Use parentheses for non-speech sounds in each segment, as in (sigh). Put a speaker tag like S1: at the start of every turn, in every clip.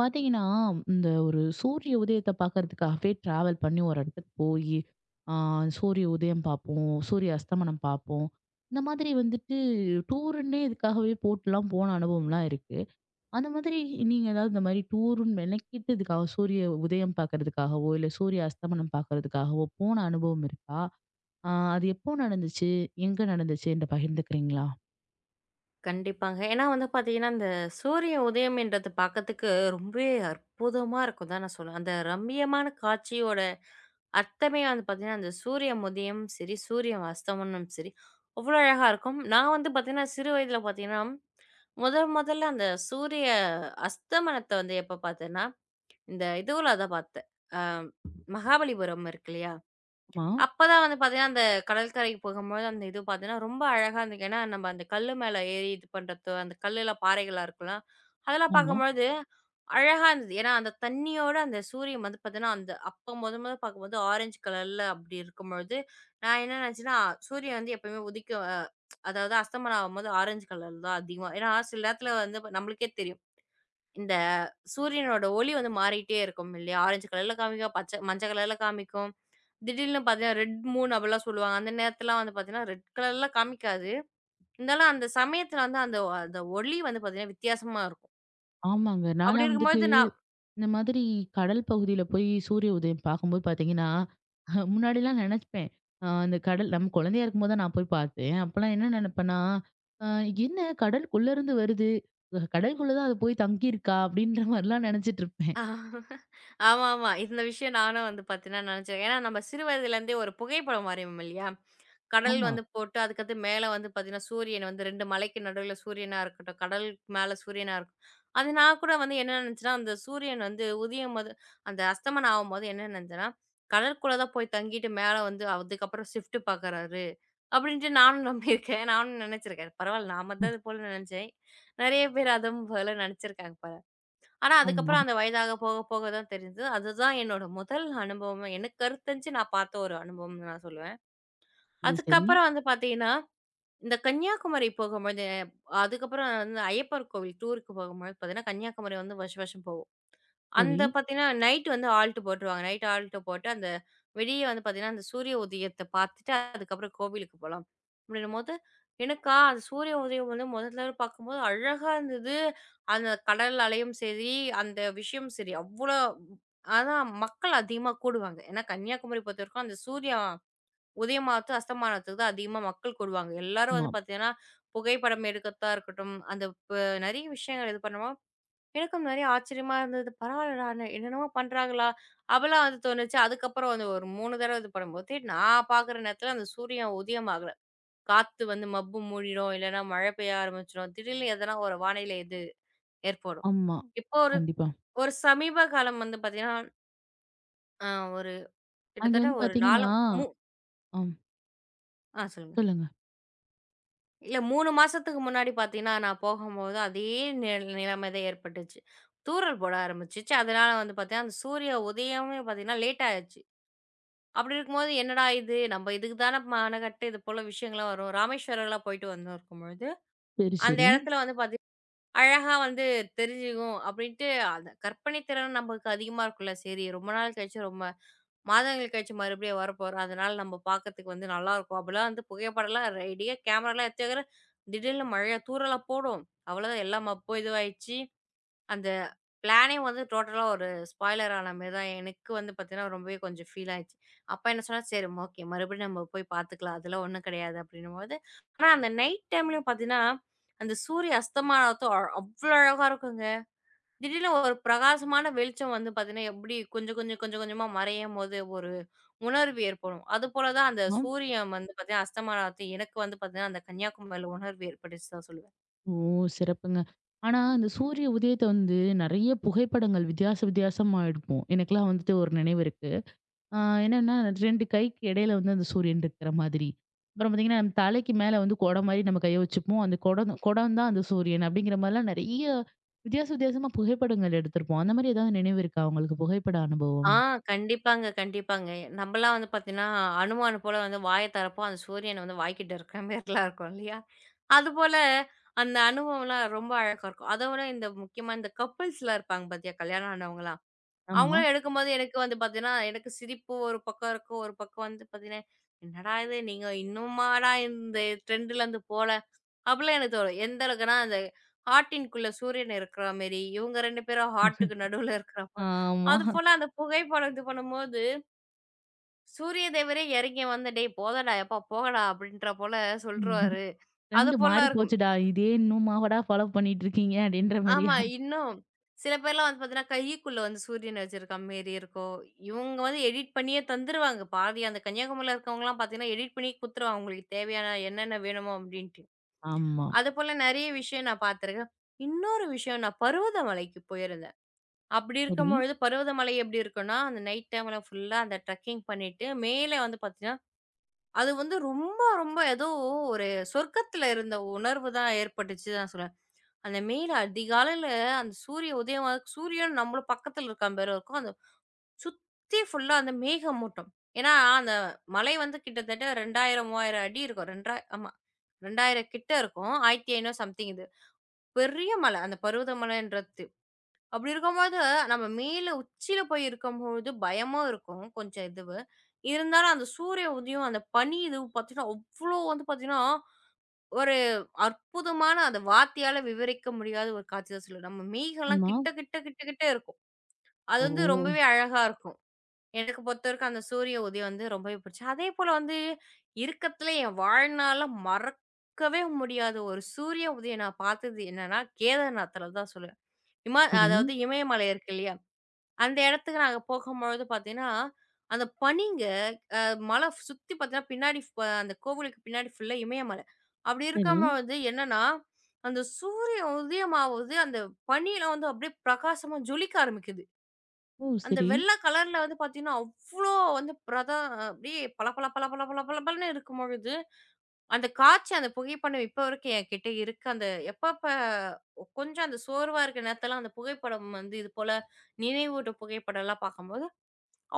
S1: பாத்தீங்கன்னா, இந்த ஒரு சூரிய உதயத்த பாக்கறதுக்காகவே டிராவல் பண்ணி ஒரு இடத்துக்கு போயி, ஆ சூரிய உதயம் பார்ப்போம், சூரிய அஸ்தமனம் பார்ப்போம். இந்த மாதிரி வந்துட்டு டூருன்னே இதுக்காகவே போட்டுலாம் போன அனுபவம்லாம் இருக்கு. அந்த மாதிரி நீங்க ஏதாவது இந்த மாரி டூருன்னு மெனக்கிட்டு இதுக்காக சூரிய உதயம் பார்க்கறதுக்காகவோ, இல்ல சூரிய அஸ்தமனம் பார்க்கறதுக்காகவோ போன அனுபவம் இருக்கா? அது எப்போ நடந்துச்சு? எங்க நடந்துச்சு? என்ட்ட பகிர்ந்துக்கிறீங்களா?
S2: கண்டிப்பாங்க. ஏன்னா வந்து பார்த்தீங்கன்னா, இந்த சூரிய உதயம்ன்றது பார்க்கறதுக்கு ரொம்பவே அற்புதமா இருக்கும் தான் நான் சொல்லுவேன். அந்த ரம்மியமான காட்சியோட அர்த்தமே வந்து பார்த்தீங்கன்னா, அந்த சூரிய உதயம் சரி, சூரிய அஸ்தமனம் சரி, அவ்வளோ அழகா இருக்கும். நான் வந்து பார்த்தீங்கன்னா, சிறு வயதில பார்த்தீங்கன்னா, முதல் முதல்ல அந்த சூரிய அஸ்தமனத்த வந்து எப்ப பார்த்தேன்னா, இந்த இதுவுல தான் பார்த்தேன். அ மகாபலிபுரம் இருக்கு இல்லையா?
S1: ஆமா,
S2: அப்பதான் வந்து பார்த்தீங்கன்னா, அந்த கடற்கரைக்கு போகும்போது அந்த இது பார்த்தீங்கன்னா, ரொம்ப அழகா இருந்துக்கு. ஏன்னா நம்ம அந்த கல்லு மேல ஏறி இது பண்றது, அந்த கல்லுல பாறைகளா இருக்கும்ல. அதெல்லாம்
S1: ஆமா.
S2: பார்க்கும்பொழுது அழகா இருந்தது. ஏன்னா அந்த தண்ணியோட அந்த சூரியன் வந்து பார்த்தீங்கன்னா, அந்த அப்ப மொத மொத பார்க்கும்போது ஆரஞ்சு கலர்ல அப்படி இருக்கும்பொழுது, நான் என்ன நினச்சேன்னா, சூரியன் வந்து எப்பயுமே உதிக்க அதாவது அஸ்தமனம் ஆகும்போது ஆரஞ்சு கலர்ல தான் அதிகமா, ஏன்னா சில நேரத்துல வந்து நம்மளுக்கே தெரியும். இந்த சூரியனோட ஒளி வந்து மாறிட்டே இருக்கும் இல்லையா? ஆரஞ்சு கலர்ல காமிக்கும், பச்ச மஞ்ச கலர்ல காமிக்கும். திடீர்னு பார்த்தீங்கன்னா, ரெட் மூன் அப்படிலாம் சொல்லுவாங்க. அந்த நேரத்துலலாம் வந்து பார்த்தீங்கன்னா, ரெட் கலர்ல காமிக்காது. இருந்தாலும் அந்த சமயத்துல வந்து அந்த அந்த ஒளி வந்து பார்த்தீங்கன்னா வித்தியாசமா இருக்கும்.
S1: ஆமாங்க.
S2: அப்படி
S1: நான்லாம் வந்து
S2: இருக்கும்போது நான்
S1: இந்த மாதிரி கடல் பகுதியில போய் சூரிய உதயம் பார்க்கும்போது பார்த்தீங்கன்னா, (laughs) முன்னாடிலாம் நினைப்பேன். அந்த கடல் நம்ம குழந்தையா இருக்கும்போது தான் நான் போய் பார்த்தேன். அப்பலாம் என்ன நினைப்பேன்னா, அ "என்ன கடலுக்குள்ள இருந்து வருது. கடலுக்குள்ள தான் அது போய் தங்கியிருக்கா?" அப்படின்ற மாரிலாம் நினைச்சிட்டுருப்பேன்.
S2: ஆமாமா. இந்த விஷயம் நானும் வந்து பார்த்தீங்கன்னா நினச்சேன். ஏன்னா நம்ம சிறு வயதிலேருந்தே ஒரு புகைப்படம் வரைவோம் இல்லையா? கடல்
S1: ஆமா.
S2: வந்து போட்டு அதுக்கடுத்து மேல வந்து பார்த்தீங்கன்னா, சூரியன் வந்து 2 மலைக்கு நடுவுல சூரியனா இருக்கட்டும், கடலுக்கு மேல சூரியனா இருக்கும். அது நான் கூட வந்து என்ன நினச்சேன்னா, அந்த சூரியன் வந்து உதயம் போது அந்த அஸ்தமனம் ஆவும்போது என்ன நினச்சேன்னா, கடலுக்குள்ள தான் போய் தங்கிட்டு மேல வந்து அதுக்கப்புறம் ஷிஃப்ட் பார்க்குறாரு. அப்படின்ட்டு நானும் நம்பியிருக்கேன். நானும் நினச்சிருக்கேன். பரவாயில்ல, நாம தான் இது போல நினச்சேன். நெறைய பேர் அதுவும் போல நினச்சிருக்காங்க பாருங்க. ஆனா,
S1: ஆமா.
S2: அதுக்கப்புறம் அந்த வயதாக போக போக தான் தெரிஞ்சது. அதுதான் என்னோட முதல் அனுபவம். எனக்கு கருத்தரிஞ்சு நான் பார்த்த ஒரு அனுபவம்னு நான் சொல்லுவேன்.
S1: இது சரி,
S2: அதுக்கப்புறம் வந்து பார்த்தீங்கன்னா, இந்த கன்னியாகுமரி போகும்போது, அதுக்கப்புறம் வந்து ஐயப்பர் கோவில் டூருக்கு போகும்போது பார்த்தீங்கன்னா, கன்னியாகுமரி வந்து வருஷம் வருஷம் போவோம்.
S1: சரி.
S2: அந்த பார்த்தீங்கன்னா, நைட் வந்து ஆல்ட் போட்டுருவாங்க. நைட் ஆல்ட் போட்டு, அந்த வெளிய வந்து பார்த்தீங்கன்னா, அந்த சூரிய உதயத்த பார்த்துட்டு, அதுக்கப்புறம் கோவிலுக்கு போலாம். அப்படின்னும்போது, எனக்கா அந்த சூரிய உதயம் வந்து முதல்ல பார்க்கும்போது அழகா இருந்தது. அந்த கடல் அலையும் சரி, அந்த விஷயம் சரி, அவ்வளோ அதான் மக்கள் அதிகமா கூடுவாங்க. ஏன்னா, கன்னியாகுமரி பொறுத்தவரைக்கும் அந்த சூரிய உதயமாகறதுக்கு, அஸ்தமானத்துக்கு தான் அதிகமா மக்கள் கூடுவாங்க. எல்லாரும்
S1: ஆமா,
S2: வந்து பார்த்தீங்கன்னா, புகைப்படம் எடுக்கத்தா இருக்கட்டும், அந்த ப நிறைய விஷயங்கள் இது பண்ணுவா. எனக்கும் நெறைய ஆச்சரியமா இருந்தது. பரவால்லடா! என்னென்னமோ பண்றாங்களா? அப்பலாம் வந்து தோணுச்சு. அதுக்கப்புறம் வந்து ஒரு 3 தடவ இது பண்ணும்போது, நான் பார்க்குற நேரத்துல அந்த சூரியன் உதயம் ஆகல. காத்து வந்து மப்பு மூடிடும். இல்லன்னா மழை பெய்ய ஆரம்பிச்சுரும். திடீர்னு எதனா ஒரு வானிலை இது ஏற்படும்.
S1: ஆமா.
S2: இப்போ ஒரு
S1: கண்டிப்பா.
S2: ஒரு சமீப காலம் வந்து பார்த்தீங்கன்னா, அ ஒரு
S1: அங்கே
S2: கிட்டத்தட்ட
S1: வந்து
S2: ஒரு 4
S1: பார்த்தீங்கன்னா.
S2: மூ
S1: ஆம்.
S2: சொல்லுங்க.
S1: சொல்லுங்க.
S2: இல்ல 3 மாசத்துக்கு முன்னாடி பார்த்தீங்கன்னா, நான் போகும்போது அதே நிலைமை தான் ஏற்பட்டுச்சு. தூறல் போட ஆரம்பிச்சுச்சு. அதனால வந்து பார்த்தீங்கன்னா, அந்த சூரிய உதயமே பார்த்தீங்கன்னா லேட் ஆயிருச்சு. அப்படி இருக்கும்போது, என்னடா இது! நம்ம இதுக்கு தான மெனக்கட்டு இது போல விஷயங்கள்லாம் வரும். ராமேஸ்வரம்லாம் போயிட்டு வந்திருக்கும் பொழுது,
S1: சரி,
S2: அந்த
S1: சரி.
S2: இடத்துல வந்து பாத்தீங்கன்னா, அழகா வந்து தெரிஞ்சுக்கும் அப்படின்ட்டு, அந்த கற்பனை திறன் நமக்கு அதிகமா இருக்கும்ல. சரி ரொம்ப நாள் கழிச்சு, ரொம்ப மாதங்கள் கழிச்சு மறுபடியும் வரப்போறோம். அதனால நம்ம பாக்கறதுக்கு வந்து நல்லாயிருக்கும். அப்பலாம் வந்து புகைப்படம்லாம் ரெடியா கேமராலாம் எடுத்து வைக்கிறேன். திடீர்னு மழையா தூறலா போடும். அவ்வளோதான், எல்லா மப்பும் இதுவாயிடுச்சு. அந்த பிளானே வந்து டோட்டலா ஒரு ஸ்பாய்லர் ஆன மாரி தான். எனக்கு வந்து பார்த்தீங்கன்னா, ரொம்பவே கொஞ்சம் ஃபீல் ஆயிடுச்சு. அப்பா என்ன சொன்னாரு, "சரி ஓகே, மறுபடியும் நம்ம போய் பார்த்துக்கலாம். அதெல்லாம் ஒண்ணும் கிடையாது." அப்படின்னும்போது, ஆனா அந்த நைட் டைம்லயும் பார்த்தீங்கன்னா, அந்த சூரிய அஸ்தமானத்தும் அவ்ளோ அழகா இருக்குங்க. திடீர்னு ஒரு பிரகாசமான வெளிச்சம் வந்து பார்த்தீங்கன்னா, எப்படி கொஞ்சம் கொஞ்சம் கொஞ்சம் கொஞ்சமா மறையும்போது ஒரு உணர்வு ஏற்படும். அதுபோல தான் அந்த
S1: ஆ.
S2: சூரியன் வந்து பார்த்தீங்கன்னா, அஸ்தமனத்தை எனக்கு வந்து பார்த்தீங்கன்னா, அந்த கன்னியாகுமரியில உணர்வு ஏற்பட்டுச்சு தான் சொல்லுவேன்.
S1: ஓ! சிறப்புங்க. ஆனா, அந்த சூரிய உதயத்த வந்து நெறைய புகைப்படங்கள் வித்தியாச வித்தியாசமா எடுப்போம். எனக்கெல்லாம் வந்துட்டு ஒரு நினைவு இருக்கு. ஆ என்னன்னா 2 கைக்கு இடையில வந்து அந்த சூரியன் இருக்கிற மாதிரி. அப்புறம் பார்த்தீங்கன்னா, நம்ம தலைக்கு மேல வந்து குடம் மாரி நம்ம கைய வச்சுப்போம். அந்த குடம் குடம் தான் அந்த சூரியன் அப்படிங்கிற மாரிலாம் நெறைய வித்தியாச வித்தியாசமா புகைப்படங்கள் எடுத்திருப்போம். அந்த மாரி ஏதாவது நினைவு இருக்கா உங்களுக்கு புகைப்பட
S2: ஆ
S1: அனுபவம்?
S2: கண்டிப்பாங்க, கண்டிப்பாங்க. நம்பலாம் வந்து பார்த்தீங்கன்னா, அனுமான் போல வந்து வாய திறப்போம். அந்த சூரியன் வந்து வாய்க்கிட்ட இருக்கிற மாரிலாம் இருக்கும் இல்லையா? அதுபோல அந்த அனுபவம்லாம் ரொம்ப அழகா இருக்கும். அத விட இந்த முக்கியமா இந்த கப்பிள்ஸ்லாம் இருப்பாங்க பார்த்தியா? கல்யாணம் ஆனவங்கலாம்.
S1: ஆமா.
S2: அவங்கலாம் எடுக்கும்போது எனக்கு வந்து பார்த்தீங்கன்னா, எனக்கு சிரிப்பு ஒரு பக்கம் இருக்கும். ஒரு பக்கம் வந்து பார்த்தீங்கன்னா, "என்னடா இது! நீங்க இன்னுமாடா இந்த ட்ரெண்ட்லேருந்து போல" அப்பலாம் எனக்கு தோணும். எந்த அளவுக்குன்னா, அந்த ஹார்ட்டின்குள்ள சூரியன் இருக்கிற மேரி, இவங்க 2 பேரும் ஹார்ட்டுக்கு நடுவுல இருக்கிறப்ப,
S1: ஆமா.
S2: அதுபோல அந்த புகைப்படம் இது பண்ணும்போது, சூரிய தேவரே இறங்கி வந்து, "டேய் போதும்டா, எப்பா போங்கடா" அப்படின்ற போல
S1: (laughs)
S2: சொல்ருவாரு.
S1: 2 மாறி
S2: அதுபோலலாம் இருக்கும்.
S1: போச்சுடா. இதே இன்னுமாவாடா ஃபாலோ பண்ணிட்டு இருக்கீங்க அப்படின்ற
S2: ஆமா.
S1: மாரியா?
S2: இன்னும் சில பேர்லாம் வந்து பார்த்தீங்கன்னா, கைக்குள்ள வந்து சூரியன் வச்சிருக்க மேரி இருக்கும். இவங்க வந்து எடிட் பண்ணியே தந்துருவாங்க. பாதி அந்த கன்னியாகுமரியில இருக்கவங்கலாம் பார்த்தீங்கன்னா, எடிட் பண்ணி குடுத்துருவாங்க. உங்களுக்கு தேவையான என்னென்ன வேணுமோ அப்படின்ட்டு.
S1: ஆமா.
S2: அதுபோல நெறைய விஷயம் நான் பார்த்துருக்கேன். இன்னொரு விஷயம், நான் பருவதமலைக்கு போயிருந்தேன். அப்படி
S1: சரி.
S2: இருக்கும்பொழுது பருவதமலை எப்படி இருக்கும்னா, அந்த நைட் டைம்ல ஃபுல்லா அந்த ட்ரெக்கிங் பண்ணிட்டு மேலே வந்து பார்த்தீங்கன்னா, அது வந்து ரொம்ப ரொம்ப ஏதோ ஒரு சொர்க்கத்தில இருந்த உணர்வு தான் ஏற்பட்டுச்சு தான் சொல்லுவேன். அந்த மேல அதிகாலையில அந்த சூரிய உதயம், சூரியன் நம்மளும் பக்கத்தில இருக்கான் மாரி இருக்கும். அந்த சுத்தி ஃபுல்லா அந்த மேகமூட்டம். ஏன்னா அந்த மலை வந்து கிட்டத்தட்ட 2000, 3000 அடி இருக்கும். 2 ஆமா 2000 கிட்ட இருக்கும். 1500 சம்திங் பெரிய மலை, அந்த பருவதமலைன்றது. அப்படி இருக்கும்போது, நம்ம மேல உச்சியில போய் இருக்கும்பொழுது பயமும் இருக்கும், கொஞ்சம் இதுவு. இருந்தாலும் அந்த சூரிய உதயம், அந்த பனி இதுவு பாத்தீங்கன்னா, அவ்ளோ வந்து பாத்தீங்கன்னா, ஒரு அற்புதமான, அத வார்த்தையால விவரிக்க முடியாத ஒரு காட்சி தான் சொல்லணும். நம்ம மேகம்லாம்
S1: ஆமா.
S2: கிட்ட கிட்ட கிட்ட கிட்ட இருக்கும். அது
S1: ஓ!
S2: வந்து ரொம்பவே அழகா இருக்கும். எனக்கு பொறுத்தவரைக்கும் அந்த சூரிய உதயம் வந்து ரொம்பவே பிடிச்சது. அதேபோல வந்து இருக்கத்துல என் வாழ்நாள்ல மறக்கவே முடியாத ஒரு சூரிய உதயம் நான் பாத்தது என்னன்னா, கேதார்நாத்ல தான் சொல்லுவேன்.
S1: சரி,
S2: அதாவது இமயமலை இருக்கு இல்லையா? அந்த இடத்துக்கு நாங்க போகும்பொழுது பார்த்தீங்கன்னா, அந்த பனிங்க அ மலை சுத்தி பார்த்தீங்கன்னா, பின்னாடி அந்த கோவிலுக்கு பின்னாடி ஃபுல்லா இமயமலை. அப்படி
S1: சரி.
S2: இருக்கும்பொழுது என்னன்னா, அந்த சூரியன் உதயமாவது அந்த பனியில வந்து அப்படியே பிரகாசமா ஜொலிக்க ஆரம்பிக்குது.
S1: ஓ!
S2: அந்த
S1: சரி.
S2: வெள்ள கலர்ல வந்து பார்த்தீங்கன்னா, அவ்ளோ வந்து அப்படியே பளபள பளபள பளபளன்னு இருக்கும்பொழுது அந்த காட்சி, அந்த புகைப்படம் இப்ப வரைக்கும் என்கிட்ட இருக்கு. அந்த எப்பப்ப கொஞ்சம் அந்த சோர்வா இருக்க நேரத்துல அந்த புகைப்படம் வந்து இது போல நினைவூட்டும் புகைப்படம்லாம் பார்க்கும்போது,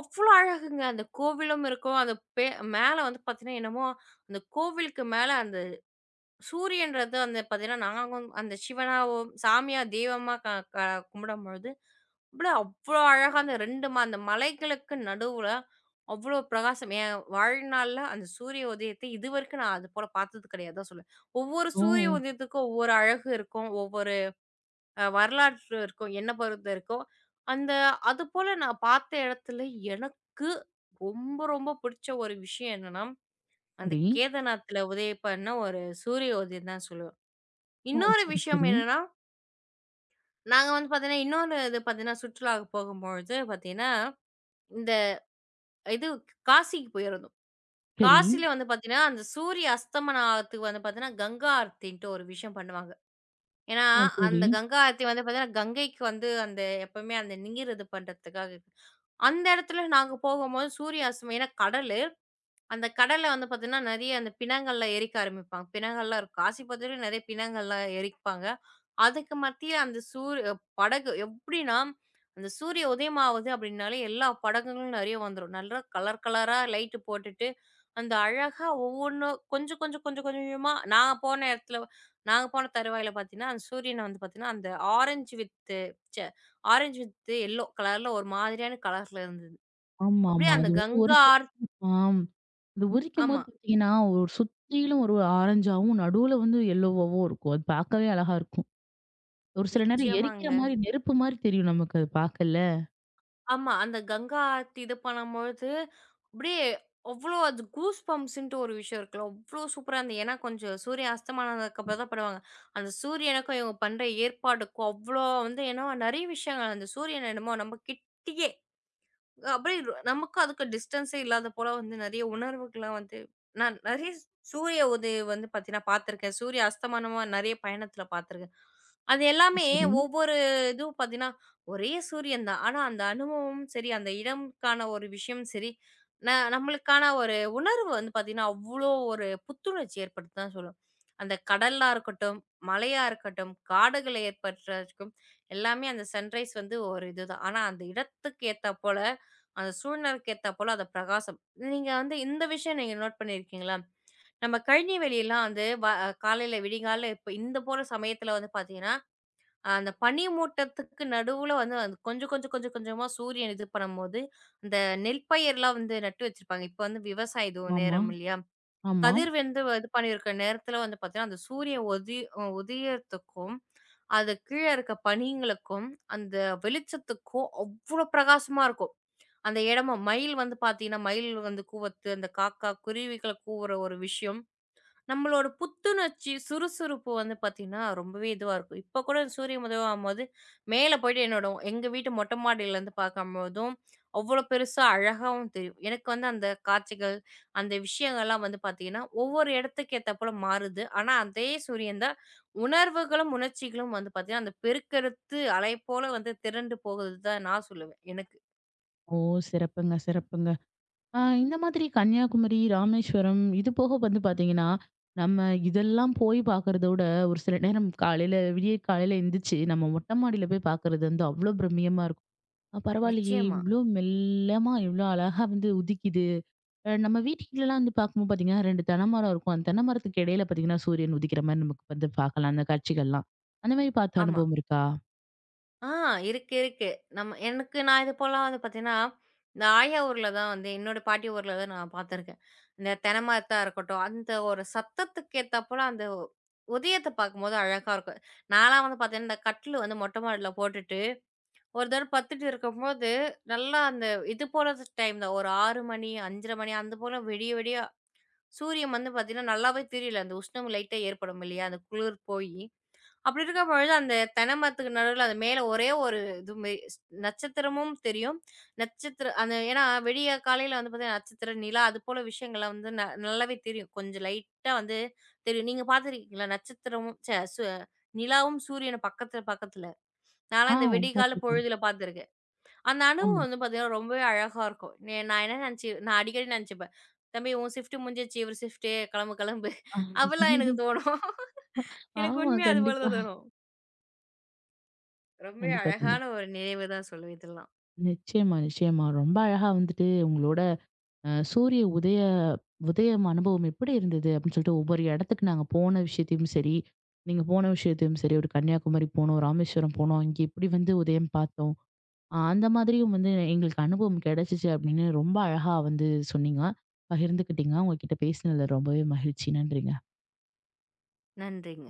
S2: அவ்ளோ அழகுங்க. அந்த கோவிலும் இருக்கும். அந்த பே மேல வந்து பார்த்தீங்கன்னா, என்னமோ அந்த கோவிலுக்கு மேல அந்த சூரியன்றது வந்து பார்த்தீங்கன்னா, நாங்க அந்த சிவனாவும், சாமியா, தெய்வமா க க கும்பிடும்பொழுது, அவ்ளோ அவ்ளோ அழகா அந்த 2 அந்த மலைகளுக்கு நடுவுல அவ்ளோ பிரகாசம். என் வாழ்நாள்ல அந்த சூரிய உதயத்தை இதுவரைக்கும் நான் அதுபோல பார்த்தது கிடையாது தான் சொல்லுவேன். ஒவ்வொரு
S1: ஓ!
S2: சூரிய உதயத்துக்கும் ஒவ்வொரு அழகு இருக்கும். ஒவ்வொரு வரலாற்று இருக்கும். என்ன பொறுத்த இருக்கும். அந்த அதுபோல நான் பார்த்த இடத்துல எனக்கு ரொம்ப, ரொம்ப பிடிச்ச ஒரு விஷயம் என்னன்னா, அந்த
S1: சரி.
S2: கேதர்நாத்ல உதயம் பண்ண ஒரு சூரிய உதயம் தான் சொல்லுவேன்.
S1: ஓ!
S2: இன்னொரு
S1: சரி,
S2: விஷயம்
S1: சரி.
S2: என்னன்னா, நாங்க வந்து பார்த்தீங்கன்னா, இன்னொரு இது பார்த்தீங்கன்னா, சுற்றுலாவுக்கு போகும்பொழுது பார்த்தீங்கன்னா, இந்த இது காசிக்கு போயிருந்தோம்.
S1: சரி.
S2: காசில வந்து பார்த்தீங்கன்னா, அந்த சூரிய அஸ்தமனம் ஆவறதுக்கு வந்து பார்த்தீங்கன்னா, கங்கா ஆரத்தின்ட்டு ஒரு விஷயம் பண்ணுவாங்க. ஏன்னா,
S1: ஓ! சரி.
S2: அந்த கங்கா ஆரத்தி வந்து பார்த்தீங்கன்னா, கங்கைக்கு வந்து அந்த எப்பவுமே அந்த நீர் இது பண்றதுக்காக இருக்கு. அந்த இடத்துல நாங்க போகும்போது சூரிய அஸ்தமனம் ஏன்னா கடலு. அந்த கடல்ல வந்து பார்த்தீங்கன்னா, நெறைய அந்த பிணங்கள்லாம் எரிக்க ஆரம்பிப்பாங்க. பிணங்கள்லாம் இருக்கும். காசி பார்த்துட்டு நெறைய பிணங்கள்லாம் எரிப்பாங்க. அதுக்கு மத்திய அந்த படகு எப்படின்னா, அந்த சூரிய உதயம் ஆவுது அப்படின்னாலே, எல்லா படகுகளும் நெறைய வந்துரும். நல்லா கலர் கலரா லைட்டு போட்டுட்டு, அந்த அழகா ஒவ்வொன்னும் கொஞ்சம் கொஞ்சம் கொஞ்சம் கொஞ்சமா நான் போன இடத்துல நாங்க போன தருவாயில பார்த்தீங்கன்னா, அந்த சூரியன வந்து பார்த்தீங்கன்னா, அந்த ஆரஞ்சு வித்து ச்சே ஆரஞ்சு வித் எல்லோ கலர்ல ஒரு மாதிரியான கலர்ல இருந்தது.
S1: ஆமா,
S2: அப்படியே
S1: ஆமா.
S2: அந்த
S1: அது வந்து ஒரு
S2: கங்கா
S1: சில.
S2: ஆர்
S1: ஆம். அது
S2: ஆமா.
S1: உரிக்கும்போது பார்த்தீங்கன்னா, ஒரு சுத்திலும் ஒரு ஆரஞ்சாவும், நடுவுல வந்து எல்லோவாவும் இருக்கும். அது பார்க்கவே அழகா இருக்கும். ஒரு சில நேரம் எரிக்கிற
S2: நிச்சயமாங்க.
S1: மாரி, நெருப்பு மாரி தெரியும் நமக்கு அது பார்க்கல.
S2: ஆமா. அந்த கங்கா ஆர்த்தி இது பண்ணும்பொழுது, அப்படியே அவ்ளோ அது கூஸ் பம்ப்ஸ்ன்ட்டு ஒரு விஷயம் இருக்குல்ல. அவ்ளோ சூப்பரா இருந்தது. ஏன்னா, கொஞ்சம் சூரியன் அஸ்தமானதுக்கு அப்புறம் தான் படுவாங்க. அந்த சூரியனுக்கும் இவங்க பண்ற ஏற்பாடுக்கும் அவ்ளோ வந்து ஏன்னா, நெறைய விஷயங்கள் அந்த சூரியன் என்னமோ நம்ம கிட்டயே அப்படியே நமக்கும் அதுக்கும் டிஸ்டன்ஸே இல்லாத போல வந்து நெறைய உணர்வுகள்லாம் வந்து நான் நெறைய சூரிய உதயம் வந்து பார்த்தீங்கன்னா பார்த்துருக்கேன். சூரிய அஸ்தமனமா நெறைய பயணத்தில பார்த்துருக்கேன். அது எல்லாமே
S1: சரி.
S2: ஒவ்வொரு இதுவும் பார்த்தீங்கன்னா, ஒரே சூரியன் தான். ஆனா அந்த அனுபவமும் சரி, அந்த இடம்க்கான ஒரு விஷயமும் சரி, நம்மளுக்கான ஒரு உணர்வு வந்து பார்த்தீங்கன்னா, அவ்ளோ ஒரு புத்துணர்ச்சி ஏற்படுத்துன்னு தான் சொல்லணும். அந்த கடலா இருக்கட்டும், மலையா இருக்கட்டும், காடுகள் ஏற்படுறதுக்கும் எல்லாமே அந்த சன்ரைஸ் வந்து ஒரு இதுதான். ஆனா அந்த இடத்துக்கு ஏத்தா போல அந்த சூழ்நிலைக்கு ஏத்தா போல அது பிரகாசம். நீங்க வந்து இந்த விஷயம் நீங்க நோட் பண்ணியிருக்கீங்களா? நம்ம கழனி வெளியலாம் வந்து வ காலையில விடிகாலைல இப்ப இந்த போற சமயத்துல வந்து பார்த்தீங்கன்னா, அந்த பனி மூட்டத்துக்கு நடுவுல வந்து அது கொஞ்சம் கொஞ்சம் கொஞ்சம் கொஞ்சமா சூரியன் இது பண்ணும்போது, அந்த நெல் பயிர்லாம் வந்து நட்டு வச்சிருப்பாங்க. இப்ப வந்து விவசாய இது
S1: ஆமா,
S2: நேரம் இல்லையா?
S1: ஆமா.
S2: கதிர் வந்து இது பண்ணியிருக்க நேரத்துல வந்து பார்த்தீங்கன்னா, அந்த சூரிய உதயத்துக்கும், அது கீழ இருக்க பனிங்களுக்கும், அந்த வெளிச்சத்துக்கும் அவ்ளோ பிரகாசமா இருக்கும். அந்த இடமும் மயில் வந்து பார்த்தீங்கன்னா, மயில் வந்து கூவத்து, அந்த காக்கா, குருவிகள் கூவுற ஒரு விஷயம், நம்மளோட புத்துணர்ச்சி, சுறுசுறுப்பு வந்து பார்த்தீங்கன்னா, ரொம்பவே இதுவா இருக்கும். இப்ப கூட சூரியன் ஆகும்போது, மேல போயிட்டு என்னோட எங்க வீட்டு மொட்டை மாடியிலேருந்து பார்க்கும்போதும், அவ்வளோ பெருசா அழகாவும் தெரியும். எனக்கு வந்து அந்த காட்சிகள், அந்த விஷயங்கள்லாம் வந்து பார்த்தீங்கன்னா, ஒவ்வொரு இடத்துக்கு ஏத்தாப்போல மாறுது. ஆனா, அதே சூரியன் தான். உணர்வுகளும், உணர்ச்சிகளும் வந்து பார்த்தீங்கன்னா, அந்த பெருக்கெடுத்து அலை போல வந்து திரண்டு போகுது தான் நான் சொல்லுவேன் எனக்கு.
S1: ஓ! சிறப்புங்க, சிறப்புங்க. இந்த மாதிரி கன்னியாகுமரி, ராமேஸ்வரம் இது போக வந்து பார்த்தீங்கன்னா, நம்ம இதெல்லாம் போய் பார்க்கறத விட, ஒரு சில நேரம் காலையில விடிய காலையில எந்திரிச்சு, நம்ம மொட்டை மாடியில போய் பார்க்கறது வந்து அவ்ளோ பிரம்மியமா இருக்கும். பரவாயில்லையே!
S2: நிச்சயமா.
S1: இவ்ளோ மெல்லமா, இவ்ளோ அழகா வந்து உதிக்குது. நம்ம வீட்டுக்கிட்டலாம் வந்து பார்க்கும்போது பார்த்தீங்கன்னா, 2 தென்னை மரம் இருக்கும். அந்த தென்னை மரத்துக்கு இடையில பார்த்தீங்கன்னா, சூரியன் உதிக்கிற மாரி நமக்கு வந்து பார்க்கலாம், அந்த காட்சிகள்லாம். அந்த மாரி பார்த்த
S2: ஆமா.
S1: அனுபவம் இருக்கா?
S2: ஆ இருக்கு, இருக்கு. நம்ம எனக்கு நான் இது போலாம் வந்து பார்த்தீங்கன்னா, இந்த ஆயா ஊர்ல தான் வந்து என்னோட பாட்டி ஊர்ல தான் நான் பார்த்துருக்கேன். இந்த தென்னை மரத்தா இருக்கட்டும், அந்த ஒரு சத்தத்துக்கு ஏத்தாப்போல அந்த உதயத்த பார்க்கும்போது அழகா இருக்கும். நான்லாம் வந்து பார்த்தீங்கன்னா, இந்த கட்டிலு வந்து மொட்டை மாடில போட்டுட்டு, ஒரு தடவ படுத்துட்டு இருக்கும்போது, நல்லா அந்த இது போல டைம் தான். ஒரு 6 மணி, 5:30 மணி அந்த போல விடிய விடிய சூரியன் வந்து பார்த்தீங்கன்னா, நல்லாவே தெரியல. அந்த உஷ்ணம் லைட்டா ஏற்படும் இல்லையா? அந்த குளிர் போயி. அப்படி இருக்கும் பொழுது, அந்த தென்னை மரத்துக்கு நடுவுல அது மேல ஒரே ஒரு இது மாரி நட்சத்திரமும் தெரியும். நட்சத்திர அந்த ஏன்னா விடிய காலையில வந்து பார்த்தீங்கன்னா, நட்சத்திரம், நிலா அது போல விஷயங்கள்லாம் வந்து நல்லாவே தெரியும். கொஞ்சம் லைட்டா வந்து தெரியும். நீங்க பார்த்துருக்கீங்களா? நட்சத்திரமும் ச்ச சு நிலாவும் சூரியனும் பக்கத்துல, பக்கத்துல. நான்லாம்
S1: ஆ
S2: இந்த விடிகால
S1: பார்த்துருக்கேன்.
S2: பொழுதுல பார்த்துருக்கேன். அந்த அனுபவம்
S1: ஆமா.
S2: வந்து பார்த்தீங்கன்னா, ரொம்பவே அழகா இருக்கும். நான் என்ன நினச்சு நான் அடிக்கடி நினச்சுப்பேன். "தம்பி உன் ஷிஃப்ட் முடிஞ்சிருச்சு. இவர் ஷிஃப்ட்டு கிளம்பு, கிளம்பு."
S1: ஆ,
S2: அப்படிலாம் எனக்கு தோணும். (laughs) எனக்கு
S1: ஆமா.
S2: உண்மையா அது போல
S1: கண்டிப்பா.
S2: தான் தோணும். ரொம்பவே
S1: கண்டிப்பா,
S2: அழகான
S1: கண்டிப்பா.
S2: ஒரு நினைவு தான் சொல்லுவேன் இதெல்லாம்.
S1: நிச்சயமா, நிச்சயமா. ரொம்ப அழகா வந்துட்டு உங்களோட சூரிய உதய உதயம் அனுபவம் எப்படி இருந்தது? அப்படின்னு சொல்லிட்டு ஒவ்வொரு இடத்துக்கு நாங்க போன விஷயத்தையும் சரி, நீங்க போன விஷயத்தையும் சரி, ஒரு கன்னியாகுமரி போனோம், ராமேஸ்வரம் போனோம், இங்க இப்படி வந்து உதயம் பார்த்தோம். அந்த மாதிரியும் வந்து எங்களுக்கு அனுபவம் கிடைச்சிச்சு அப்படின்னு ரொம்ப அழகா வந்து சொன்னீங்க. பகிர்ந்துக்கிட்டீங்க. உங்ககிட்ட பேசினதுல ரொம்பவே மகிழ்ச்சி. நன்றிங்க.
S2: நன்றிங்க.